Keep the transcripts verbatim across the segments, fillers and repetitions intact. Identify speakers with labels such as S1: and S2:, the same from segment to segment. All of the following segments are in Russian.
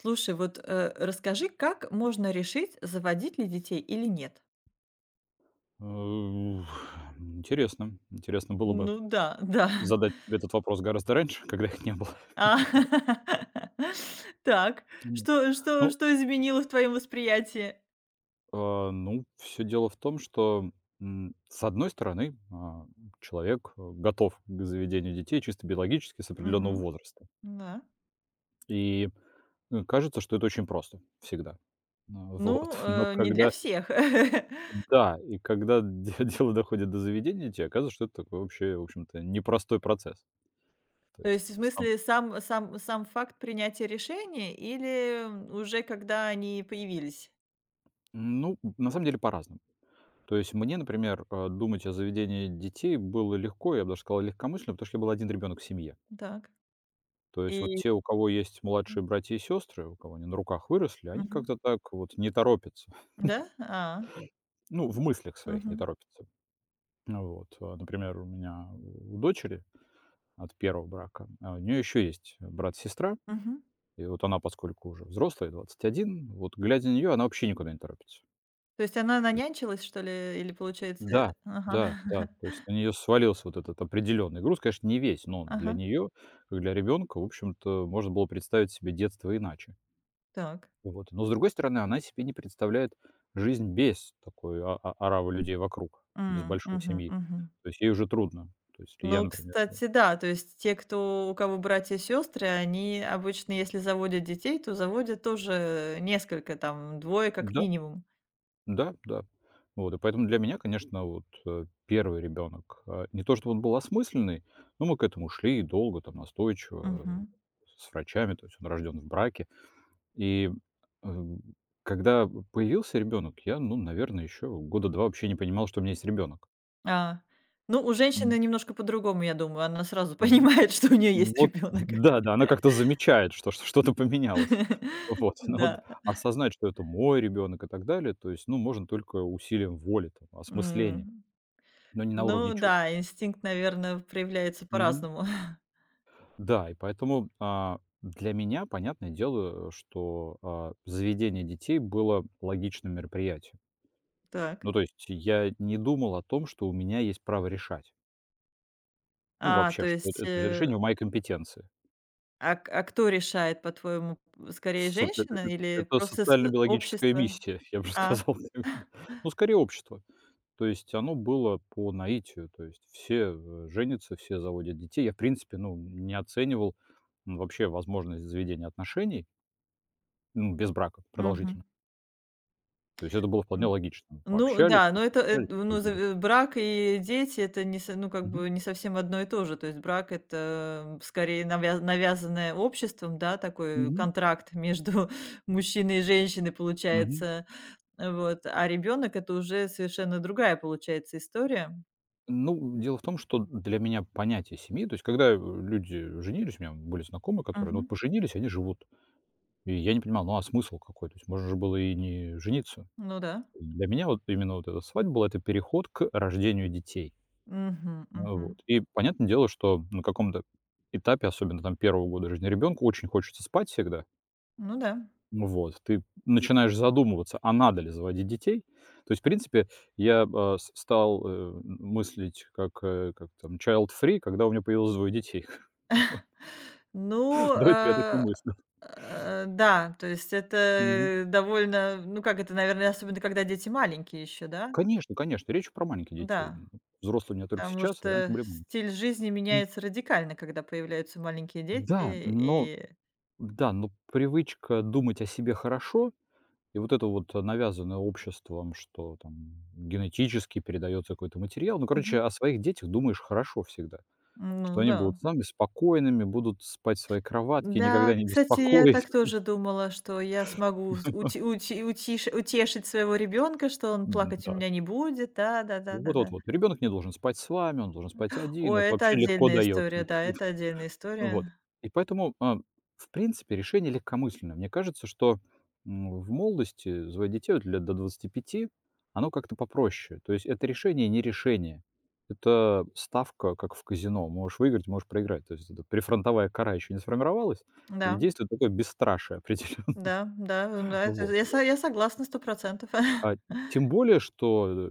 S1: Слушай, вот, э, расскажи, как можно решить, заводить ли детей или нет?
S2: Э, интересно. Интересно было бы
S1: Ну да, да.
S2: задать тебе этот вопрос гораздо раньше, когда их не было.
S1: А. Так,
S2: М,
S1: что что
S2: ну,
S1: что изменило в твоем восприятии?
S2: а, ну, все дело в том, что, м, с одной стороны, а, человек, э, готов к заведению детей чисто биологически с определенного
S1: Мгм.
S2: возраста.
S1: Да.
S2: И, э, кажется, что это очень просто всегда. Ну вот,
S1: Ну,
S2: но
S1: э, не для
S2: когда
S1: всех.
S2: да, и когда де дело доходит до заведения детей, оказывается, что это такой вообще, в общем-то, непростой процесс. То
S1: То есть, в
S2: есть сам
S1: смысле, сам сам сам факт принятия решения или уже когда они появились?
S2: ну, на самом деле, по-разному. То есть мне, например, э, думать о заведении детей было легко, я бы даже сказал, легкомысленно, потому что я был один ребенок в семье.
S1: Так.
S2: То есть вот
S1: И
S2: те, у кого есть младшие братья и сестры, у кого они на руках выросли, они
S1: мгм.
S2: как-то так вот не торопятся.
S1: Да? А.
S2: Ну, в мыслях своих не
S1: Мгм.
S2: торопятся. Ну вот. А, Например, у меня у дочери от первого брака, а, у нее еще есть брат-сестра,
S1: Мгм.
S2: и вот она, поскольку уже взрослая, двадцать один, вот глядя на нее, она вообще никуда не торопится.
S1: То есть она нанянчилась, что ли, или получается, э?
S2: Да,
S1: Ага.
S2: да, да, то есть на нее свалился вот этот определенный груз. Конечно, не весь, но для
S1: Ага.
S2: нее, как для ребенка, в общем-то, можно было представить себе детство иначе.
S1: Так.
S2: Вот. Но, с другой стороны, она себе не представляет жизнь без такой а- а- оравы людей вокруг, без
S1: М,
S2: большой
S1: мгм,
S2: семьи.
S1: мгм.
S2: То есть ей уже трудно. То есть, если я,
S1: Ну,
S2: например... э,
S1: кстати, да, то есть те, кто у кого братья и сестры, они обычно, если заводят детей, то заводят тоже несколько, там двое как
S2: да,
S1: минимум.
S2: да, да. Вот, и поэтому для меня, конечно, вот э, первый ребенок, э, не то чтобы он был осмысленный, но мы к этому шли долго, там, настойчиво, э,
S1: Мгм.
S2: с врачами, то есть он рожден в браке. И, эм, когда появился ребенок, я, ну, наверное, еще года два вообще не понимал, что у меня есть ребенок.
S1: А. Ну, у
S2: М,
S1: женщины немножко по-другому, я думаю. Она сразу
S2: мгм.
S1: понимает, что у нее есть
S2: Вот,
S1: ребенок.
S2: да-да, она как-то замечает, что что что-то поменялось. Вот, но вот
S1: Да.
S2: осознать, что это мой ребенок и так далее, то есть, ну, можно только усилием воли, там, осмыслением,
S1: М.
S2: но не на уровне
S1: Ну
S2: чувств.
S1: да, инстинкт, наверное, проявляется
S2: Мгм.
S1: по-разному.
S2: Да, и поэтому, а, для меня, понятное дело, э, что, а, заведение детей было логичным мероприятием.
S1: Так.
S2: Ну, то есть я не думал о том, что у меня есть право решать. Ну,
S1: А,
S2: вообще,
S1: то
S2: что это
S1: есть,
S2: это же
S1: э,
S2: решение в моей компетенции.
S1: а к а кто решает, по-твоему, скорее
S2: Со э э э,
S1: женщина или
S2: это
S1: просто с э,
S2: социально-биологическая
S1: общество?
S2: миссия, я бы
S1: А,
S2: сказал. Ну, скорее, общество. То есть оно было по наитию. То есть все, э, женятся, все заводят детей. Я, в принципе, ну, не оценивал, м, вообще возможность заведения отношений, ну, без брака
S1: мгм,
S2: продолжительно. То есть это было вполне
S1: м.
S2: логично.
S1: Ну
S2: Пообщались,
S1: да, но это, э,
S2: познакомились,
S1: ну, за
S2: поженились.
S1: э, брак и дети — это не со ну, как
S2: Мгм.
S1: бы не совсем одно и то же. То есть брак — это скорее навяз навязанное обществом, да, такой
S2: Мгм.
S1: контракт между мужчиной и женщиной
S2: Мгм.
S1: получается. Вот, а ребенок — это уже совершенно другая получается история.
S2: Ну, дело в том, что для меня понятие семьи, то есть когда, э, люди женились, у меня были знакомые, которые, ну, вот
S1: Мгм.
S2: поженились, они живут. И я не понимал, ну, а смысл какой? То есть можно же было и не жениться.
S1: Ну да.
S2: Для меня вот именно вот эта свадьба была — это переход к рождению детей.
S1: Мгм,
S2: А,
S1: мгм.
S2: вот. И понятное дело, что на каком-то этапе, особенно там первого года жизни ребёнка, очень хочется спать всегда.
S1: Ну да.
S2: Вот, ты начинаешь задумываться, а надо ли заводить детей. То есть, в принципе, я, а, с стал, э, мыслить как, э, как там, child free, когда у меня появилось двое детей.
S1: Ну,
S2: До этого я так не
S1: э,
S2: мыслил.
S1: э, да, то есть
S2: Мгм.
S1: это довольно, ну, как это, наверное, особенно когда дети маленькие еще, да?
S2: Конечно, конечно, речь про маленьких детей.
S1: Да,
S2: Взрослые у меня только
S1: потому
S2: сейчас, а раньше
S1: что
S2: были маленькие.
S1: стиль жизни
S2: М,
S1: меняется радикально, когда появляются маленькие дети,
S2: да, но
S1: и
S2: да, но привычка думать о себе хорошо и вот это вот, э, навязанное обществом, что там генетически передается какой-то материал. Ну,
S1: мгм.
S2: короче, о своих детях думаешь хорошо всегда. Что
S1: Ну
S2: они будут
S1: да.
S2: с нами спокойными, будут спать в своей кроватке, никогда
S1: Да,
S2: не
S1: кстати, я
S2: беспокоить.
S1: так тоже думала, что я смогу с- ути- ути- утиш- утешить своего ребенка, что он плакать у
S2: М-да.
S1: меня не будет. Да, да, да,
S2: Вот
S1: да,
S2: вот
S1: да.
S2: вот. Ребенок не должен спать с вами, он должен спать один.
S1: Ой,
S2: Это
S1: это
S2: вообще легко
S1: отдельная
S2: дается.
S1: история, да, это отдельная
S2: Вот.
S1: история.
S2: И поэтому, а, в принципе, решение легкомысленное. Мне кажется, что, м, в молодости заводить детей, вот лет до двадцати пяти, оно как-то попроще. То есть это решение не решение. Это ставка, как в казино. Можешь выиграть, можешь проиграть. То есть это прифронтовая кора еще не сформировалась, и
S1: Да.
S2: действует такое бесстрашие определенно.
S1: Да, да, ну да, это
S2: Вот.
S1: я со я согласна сто процентов.
S2: А тем более, что, э,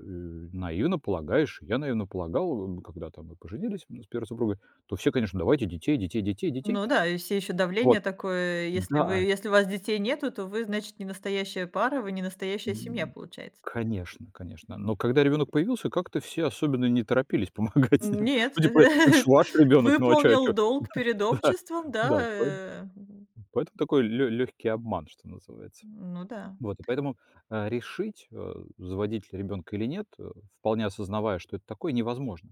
S2: наивно полагаешь, я наивно полагал, э, когда там мы поженились, м, с первой супругой, то все, конечно, давайте детей, детей, детей, детей.
S1: Ну да, и все еще
S2: Вот.
S1: давление такое, если вы
S2: Да,
S1: если у вас детей нету, то вы, значит, не настоящая пара, вы не настоящая семья,
S2: м,
S1: получается.
S2: конечно, конечно. Но когда ребенок появился, как-то все особенно не торопились помогать с ним.
S1: Нет,
S2: Ну, типа, это ж ваш ребенок, ну а чё, а
S1: выполнил
S2: чё?
S1: долг перед обществом, да,
S2: Да, поэт
S1: э,
S2: поэтому такой легкий обман, что называется.
S1: ну да,
S2: Вот, и поэтому, э, решить, э, заводить ли ребенка или нет, э, вполне осознавая, что это такое, невозможно.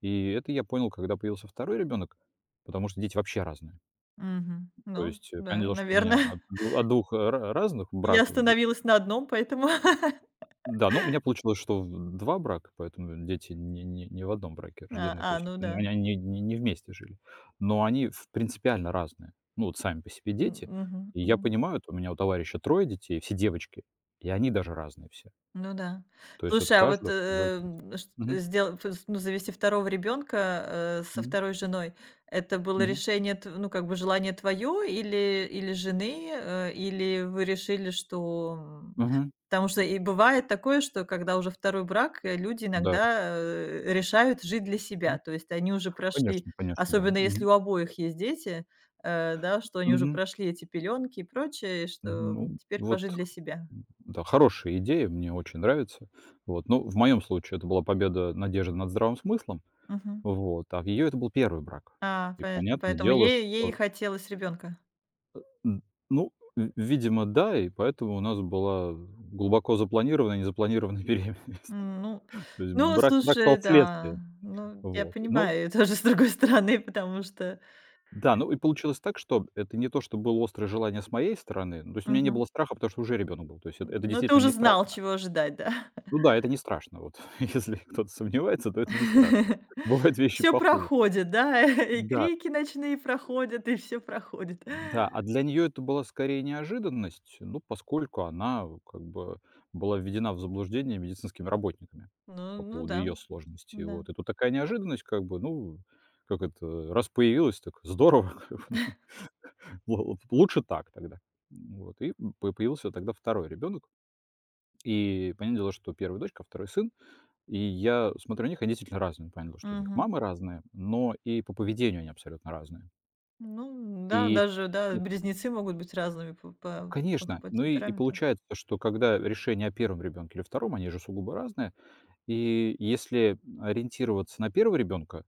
S2: И это я понял, когда появился второй ребенок, потому что дети вообще разные.
S1: мгм,
S2: То
S1: ну
S2: есть, э, понятное
S1: да,
S2: дело, что у
S1: наверное.
S2: меня от ду от двух ра разных
S1: Я
S2: браков де
S1: остановилась на одном, поэтому
S2: да, но у меня получилось, что в двух брака, поэтому дети не не не в одном браке
S1: А,
S2: рождены,
S1: а,
S2: то есть
S1: ну да,
S2: они они не не вместе жили. Но они в принципиально разные. Ну, вот сами по себе
S1: м,
S2: дети.
S1: мгм,
S2: И я
S1: мгм.
S2: понимаю, вот у меня у товарища трое детей, все девочки, и они даже разные все.
S1: Ну да.
S2: То есть вот
S1: Слушай, а вот,
S2: каждую роль
S1: э,
S2: просто.
S1: м, шт
S2: Мгм,
S1: сдел фс ну, завести второго ребенка э, со
S2: мгм,
S1: второй женой — это было
S2: мгм,
S1: решение тв ну, как бы желание твое или или жены, э, или вы решили, что, м.
S2: мгм.
S1: Потому что и бывает такое, что когда уже второй брак, э, люди
S2: Да.
S1: иногда, э, решают жить для себя.
S2: Мгм.
S1: То есть они уже прошли,
S2: Конечно, конечно, да.
S1: особенно если
S2: Мгм,
S1: у обоих есть дети, э, да, что они уже
S2: мгм.
S1: прошли эти пеленки и прочее, и что, м,
S2: Ну,
S1: теперь
S2: вот,
S1: пожить для себя.
S2: м, да, хорошая идея, мне очень нравится. Вот, ну, в моем случае это была победа надежды над здравым смыслом, вот, а в ее это был первый брак.
S1: А,
S2: И
S1: понятно,
S2: понятное
S1: поэтому
S2: дело,
S1: ей ей
S2: что,
S1: хотелось ребенка.
S2: н ну, ви видимо, да, и поэтому у нас была глубоко запланированная, незапланированная беременность.
S1: М, ну
S2: То есть
S1: ну,
S2: брак брак
S1: слушай,
S2: стал
S1: да,
S2: следствием.
S1: ну, я
S2: Вот. Ну
S1: понимаю её тоже с другой стороны, потому что
S2: да, ну и получилось так, что это не то, что было острое желание с моей стороны, ну, то есть у меня не
S1: мгм.
S2: было страха, потому что уже ребенок был. То есть это это
S1: Ну, ты
S2: действительно
S1: уже
S2: не
S1: знал,
S2: страшно.
S1: чего ожидать, да?
S2: Ну да, это не страшно. Вот если кто-то сомневается, то это не страшно. Бывают вещи
S1: Все
S2: похуже.
S1: проходит, да, и
S2: Да,
S1: крики ночные проходят, и все проходит.
S2: да. А для нее это была скорее неожиданность, ну, поскольку она как бы была введена в заблуждение медицинскими работниками
S1: Ну
S2: по
S1: ну
S2: поводу
S1: да,
S2: ее сложности.
S1: да.
S2: Вот. И тут такая неожиданность, как бы, ну, как это, раз появилась, так здорово, как бы, ну, л- лучше так тогда. Вот. И по- появился тогда второй ребенок. И понятное дело, что первая дочка, а второй сын. И я смотрю на них, они действительно разные. Понял, что у них
S1: Мгм.
S2: мамы разные, но и по поведению они абсолютно разные.
S1: Ну да,
S2: И,
S1: даже,
S2: к
S1: да, близнецы могут быть разными по по по
S2: конечно,
S1: по
S2: ну и и
S1: темпераменту.
S2: получается, что когда решение о первом ребенке или втором, они же сугубо разные. И если ориентироваться на первого ребенка,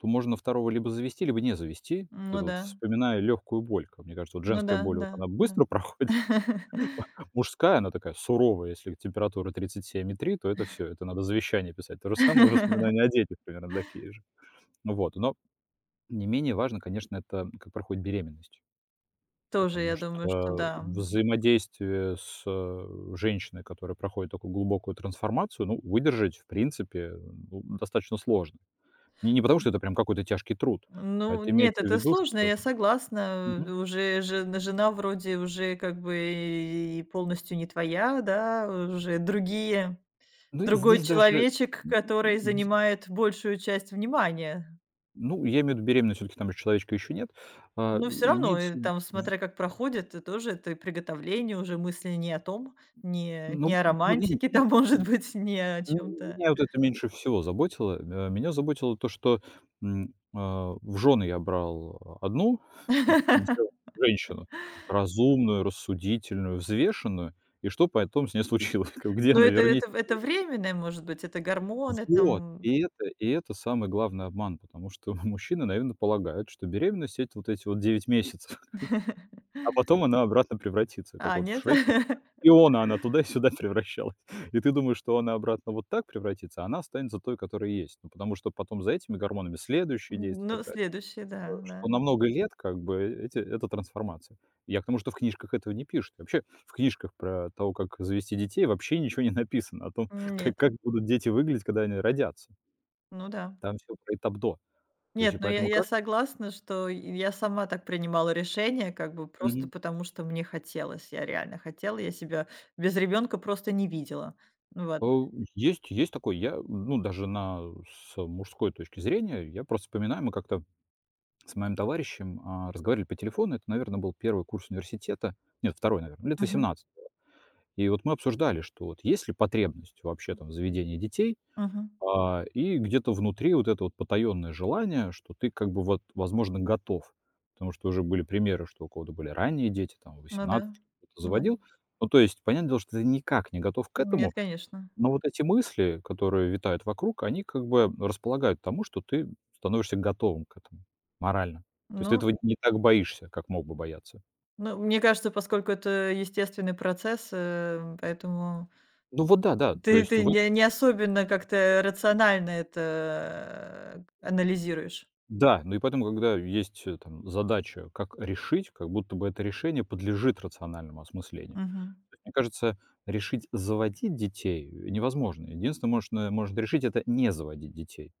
S2: то можно второго либо завести, либо не завести. Вот
S1: Ну
S2: это вот,
S1: да,
S2: вспоминая лёгкую боль, как мне кажется, вот
S1: ну
S2: женская
S1: да,
S2: боль, вот
S1: да,
S2: она
S1: да.
S2: быстро проходит, мужская, она такая суровая. Если температура тридцать семь и три, то это все, это надо завещание писать. То же самое и воспоминания о детях примерно такие же. Ну вот, но не менее важно, конечно, это как проходит беременность,
S1: Тоже,
S2: потому
S1: я думаю, что
S2: что
S1: да.
S2: взаимодействие с, э, женщиной, которая проходит такую глубокую трансформацию, ну, выдержать, в принципе, ну, достаточно сложно. Не не потому, что это прям какой-то тяжкий труд, а
S1: Ну,
S2: это
S1: нет,
S2: имеется в
S1: это
S2: виду,
S1: сложно,
S2: что
S1: я согласна. Э,
S2: мгм.
S1: уже жен жена вроде уже как бы и полностью не твоя, да, уже другие,
S2: Ну, и
S1: другой
S2: здесь даже,
S1: человечек,
S2: н
S1: который
S2: н
S1: занимает большую часть внимания.
S2: ну, я имею в виду беременность, все таки там же человечка еще нет. А,
S1: Но все равно,
S2: имеется
S1: э,
S2: в ви
S1: там, смотря как проходит, э, тоже это и приготовление, уже мысли не о том, не не
S2: ну
S1: о
S2: ну, не
S1: романтике там, может быть, не о
S2: ну,
S1: чем то.
S2: меня вот это меньше всего заботило. Э, меня заботило то, что, м, а, в жены я брал одну девушку, женщину, разумную, рассудительную, взвешенную, и что потом с ней случилось, как где
S1: Но
S2: она
S1: это
S2: вернется?
S1: это это временное, может быть, это гормоны
S2: Вот,
S1: там.
S2: и это и это самый главный обман, потому что мужчины, наверно, полагают, что беременность — это вот эти вот девять месяцев. А потом она обратно превратится, как
S1: А,
S2: вот в
S1: нет?
S2: Шреке. Иона, она туда и сюда превращалась. И ты думаешь, что она обратно вот так превратится, а она останется той, которая есть. Ну, потому что потом за этими гормонами следующие действия и
S1: Ну,
S2: так далее.
S1: следующий,
S2: Э,
S1: да, да.
S2: что на много лет как бы э, эти это трансформация. Я к тому, что в книжках этого не пишут. Вообще в книжках про того, как завести детей, вообще ничего не написано о том, как
S1: Нет,
S2: как будут дети выглядеть, когда они родятся.
S1: ну да.
S2: Там все про этап до. То есть и
S1: Нет, ну я,
S2: поэтому
S1: я
S2: кажется
S1: согласна, что я сама так принимала решение, как бы просто потому, что мне хотелось. Я реально хотела, я себя без ребенка просто не видела. Ну вот.
S2: Э, есть есть такой. Я, ну, даже на с мужской точки зрения, я просто вспоминаю, мы как-то с моим товарищем, а, разговаривали по телефону. Это, наверное, был первый курс университета. Нет, второй, наверное, лет
S1: Мгм.
S2: восемнадцать. И вот мы обсуждали, что вот есть ли потребность вообще там в заведении детей,
S1: Мгм.
S2: а, и где-то внутри вот это вот потаенное желание, что ты как бы вот, возможно, готов. Потому что уже были примеры, что у кого-то были ранние дети, там
S1: Ну да,
S2: восемнадцать кто-то
S1: да.
S2: заводил. Ну, то есть, понятное дело, что ты никак не готов к
S1: Нет,
S2: этому,
S1: конечно.
S2: но вот эти мысли, которые витают вокруг, они как бы располагают к тому, что ты становишься готовым к этому морально. То есть ты
S1: Ну,
S2: этого не так боишься, как мог бы бояться.
S1: ну, мне кажется, поскольку это естественный процесс, э, поэтому
S2: Ну вот да, да, то
S1: ты,
S2: есть
S1: ты
S2: вы
S1: не, не особенно как-то рационально это э, анализируешь.
S2: да, ну и поэтому, когда есть, э, там задача, как решить, как будто бы это решение подлежит рациональному осмыслению.
S1: Мгм.
S2: То есть, мне кажется, решить заводить детей невозможно. Единственное, можно можно решить - это не заводить детей.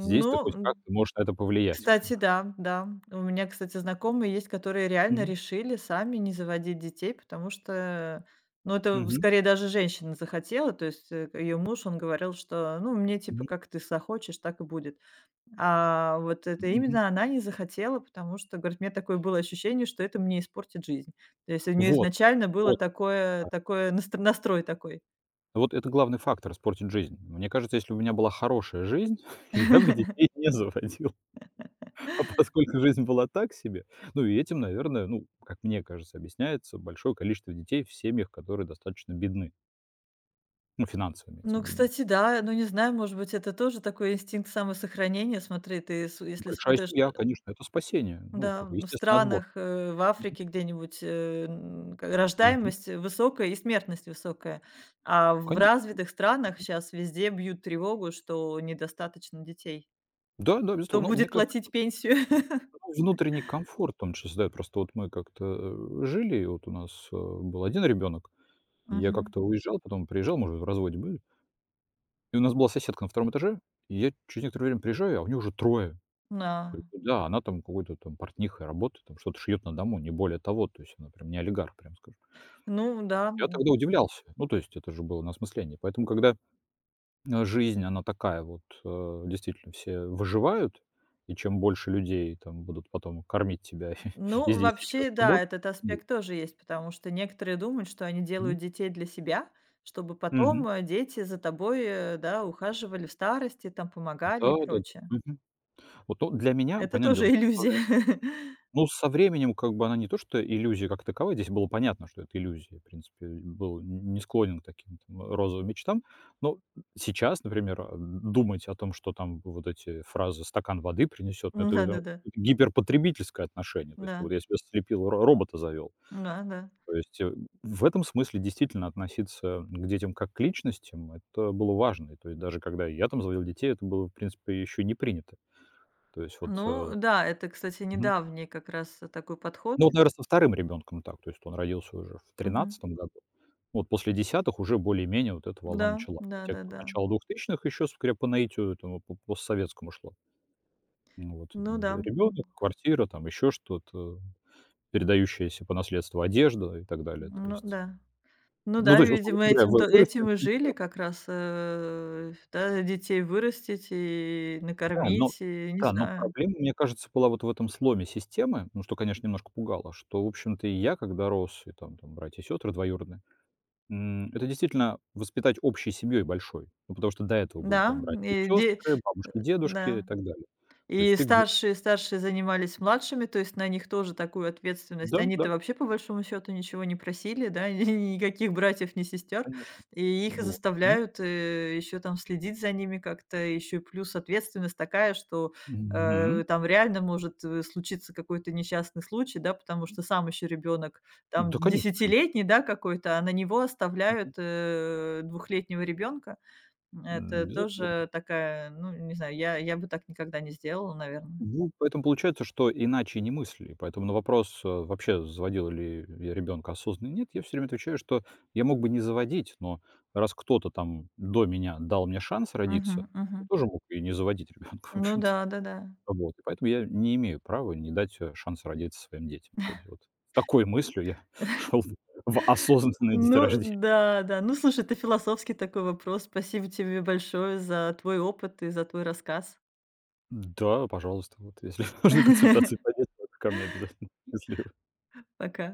S2: Здесь ты хоть
S1: м,
S2: как-то можешь на это повлиять, как
S1: кстати,
S2: бы.
S1: да, да. У меня, кстати, знакомые есть, которые реально
S2: Мгм.
S1: решили сами не заводить детей, потому что, ну, это
S2: Мгм.
S1: скорее даже женщина захотела. То есть, э, ее муж, он говорил, что, ну, мне типа
S2: Мгм.
S1: как ты захочешь, так и будет. А вот это
S2: Мгм.
S1: именно она не захотела, потому что, говорит, у меня такое было ощущение, что это мне испортит жизнь. То есть у нее
S2: Вот.
S1: изначально было
S2: Вот.
S1: такое, такое наст- настрой такой.
S2: Вот это главный фактор - испортить жизнь. Мне кажется, если бы у меня была хорошая жизнь, я бы детей не заводил. А поскольку жизнь была так себе, ну и этим, наверное, ну, как мне кажется, объясняется большое количество детей в семьях, которые достаточно бедны. Ну, финансово имеется
S1: Ну,
S2: в виду бедны.
S1: кстати, да. Ну, не знаю, может быть, это тоже такой инстинкт самосохранения. Смотри, ты, с если
S2: Большая
S1: смотришь,
S2: семья,
S1: э,
S2: конечно, это спасение. Ну,
S1: да,
S2: как бы
S1: в
S2: естественный отбор.
S1: странах, э, в
S2: Мгм.
S1: Африке где-нибудь, э, н к
S2: Мгм.
S1: рождаемость высокая и смертность высокая. А в
S2: Конечно,
S1: развитых
S2: конечно.
S1: странах
S2: Мгм.
S1: сейчас везде бьют тревогу, что недостаточно детей.
S2: Да, да,
S1: Кто
S2: безусловно. Ну, мне
S1: будет
S2: кажется, что
S1: платить пенсию?
S2: ну, внутренний комфорт он же создаёт. Просто вот мы как-то, э, жили, и вот у нас, э, был один ребенок. И я
S1: Мгм.
S2: как-то уезжал, потом приезжал, мы уже в разводе были. И у нас была соседка на втором этаже, и я через некоторое время приезжаю, а у нее уже трое.
S1: Да.
S2: Говорю: «Ну да, она там какой-то там портнихой работает, там что-то шьет на дому, не более того». То есть она прям не олигарх, прям, скажем.
S1: Ну да.
S2: Я тогда удивлялся. Ну, то есть это же было на осмысление. Поэтому, когда, э, жизнь, она такая вот, э, действительно, все выживают, и чем больше людей там будут потом кормить тебя и
S1: Ну,
S2: здесь сейчас
S1: вообще, да,
S2: работать.
S1: этот
S2: Вот.
S1: аспект тоже есть, потому что некоторые думают, что они
S2: Мгм.
S1: делают детей для себя, чтобы
S2: Мгм.
S1: потом, э, дети за тобой, э, да, ухаживали в старости, там помогали и
S2: Да-да-да.
S1: прочее.
S2: Мгм. Вот, ну, для меня,
S1: Это
S2: понятное
S1: тоже
S2: дело, что со
S1: иллюзия.
S2: Ну, со временем, как бы, она не то что иллюзия как таковая, здесь было понятно, что это иллюзия. В принципе, был н не склонен к таким там розовым мечтам. Но сейчас, например, э, думать о том, что там вот эти фразы «стакан воды принесет», ну, это там
S1: Да-да-да.
S2: гиперпотребительское отношение. То есть как
S1: Да.
S2: будто я себе слепил ро робота завел.
S1: Да-да.
S2: То есть, э, в этом смысле действительно относиться к детям как к личностям - это было важно. И то есть даже когда я там заводил детей, это было, в принципе, еще не принято. То есть вот, э
S1: Ну да, это, кстати,
S2: мгм.
S1: недавний как раз такой подход.
S2: Ну, вот, наверное, со вторым ребенком так. То есть он родился уже в
S1: Мгм.
S2: тринадцатом году. Вот после десятых уже более-менее вот эта волна
S1: Да,
S2: начала. А те, кто
S1: да-да-да.
S2: начало двухтысячных еще, скорее, по наитию этому по постсоветскому шло. Ну вот, э,
S1: Ну да. М,
S2: ребенок, квартира, там еще что-то, передающаяся по наследству одежда и так далее. То
S1: ну
S2: есть,
S1: да. Ну
S2: ну,
S1: да,
S2: то есть, условно
S1: видимо,
S2: говоря,
S1: этим
S2: вы
S1: то
S2: вырастем
S1: этим и
S2: в
S1: жили
S2: семье.
S1: как раз, э, да, детей вырастить и
S2: Да, но
S1: накормить, и не
S2: да, но
S1: знаю.
S2: проблема, мне кажется, была вот в этом сломе системы, ну, что, конечно, немножко пугало, что, в общем-то, и я, когда рос, и там там братья и сестры двоюродные, М, это действительно воспитать общей семьей большой. Ну, потому что до этого были
S1: Да,
S2: там братья и
S1: и де
S2: сестры, бабушки, дедушки и
S1: да.
S2: так далее. То есть
S1: И
S2: ты где.
S1: старшие старшие занимались младшими, то есть на них тоже такую ответственность.
S2: Да, да,
S1: Они-то вообще по большому счету ничего не просили, да, ни никаких братьев, ни сестер.
S2: конечно.
S1: И их
S2: Вот. Мгм.
S1: заставляют, э, еще там следить за ними как-то. Еще и плюс ответственность такая, что,
S2: Мгм.
S1: э, там реально может, э, случиться какой-то несчастный случай, да, потому что сам еще ребенок
S2: Да,
S1: там
S2: конечно, конечно.
S1: десятилетний, да, какой-то, а на него
S2: Мгм.
S1: оставляют, э, двухлетнего ребенка.
S2: М,
S1: Это
S2: безусловно.
S1: тоже такая, ну, не знаю, я я бы так никогда не сделала, наверное.
S2: Ну, поэтому получается, что иначе не мысли. Поэтому на вопрос, э, вообще заводил ли я ребенка осознанно, нет, я все время отвечаю, что я мог бы не заводить, но раз кто-то там до меня дал мне шанс родиться,
S1: Мгм,
S2: я
S1: мгм.
S2: тоже мог и не заводить ребенка, в
S1: Ну
S2: общем-то.
S1: да, да-да.
S2: Вот. И поэтому я не имею права не дать, э, шанс родиться своим детям. То есть вот с такой мыслью я шел в осознанное
S1: Ну
S2: деторождение.
S1: да, да. Ну, слушай, это философский такой вопрос. Спасибо тебе большое за твой опыт и за твой рассказ.
S2: Да, пожалуйста, вот если нужны консультации по детству, то ко мне обязательно. Счастливо.
S1: Пока.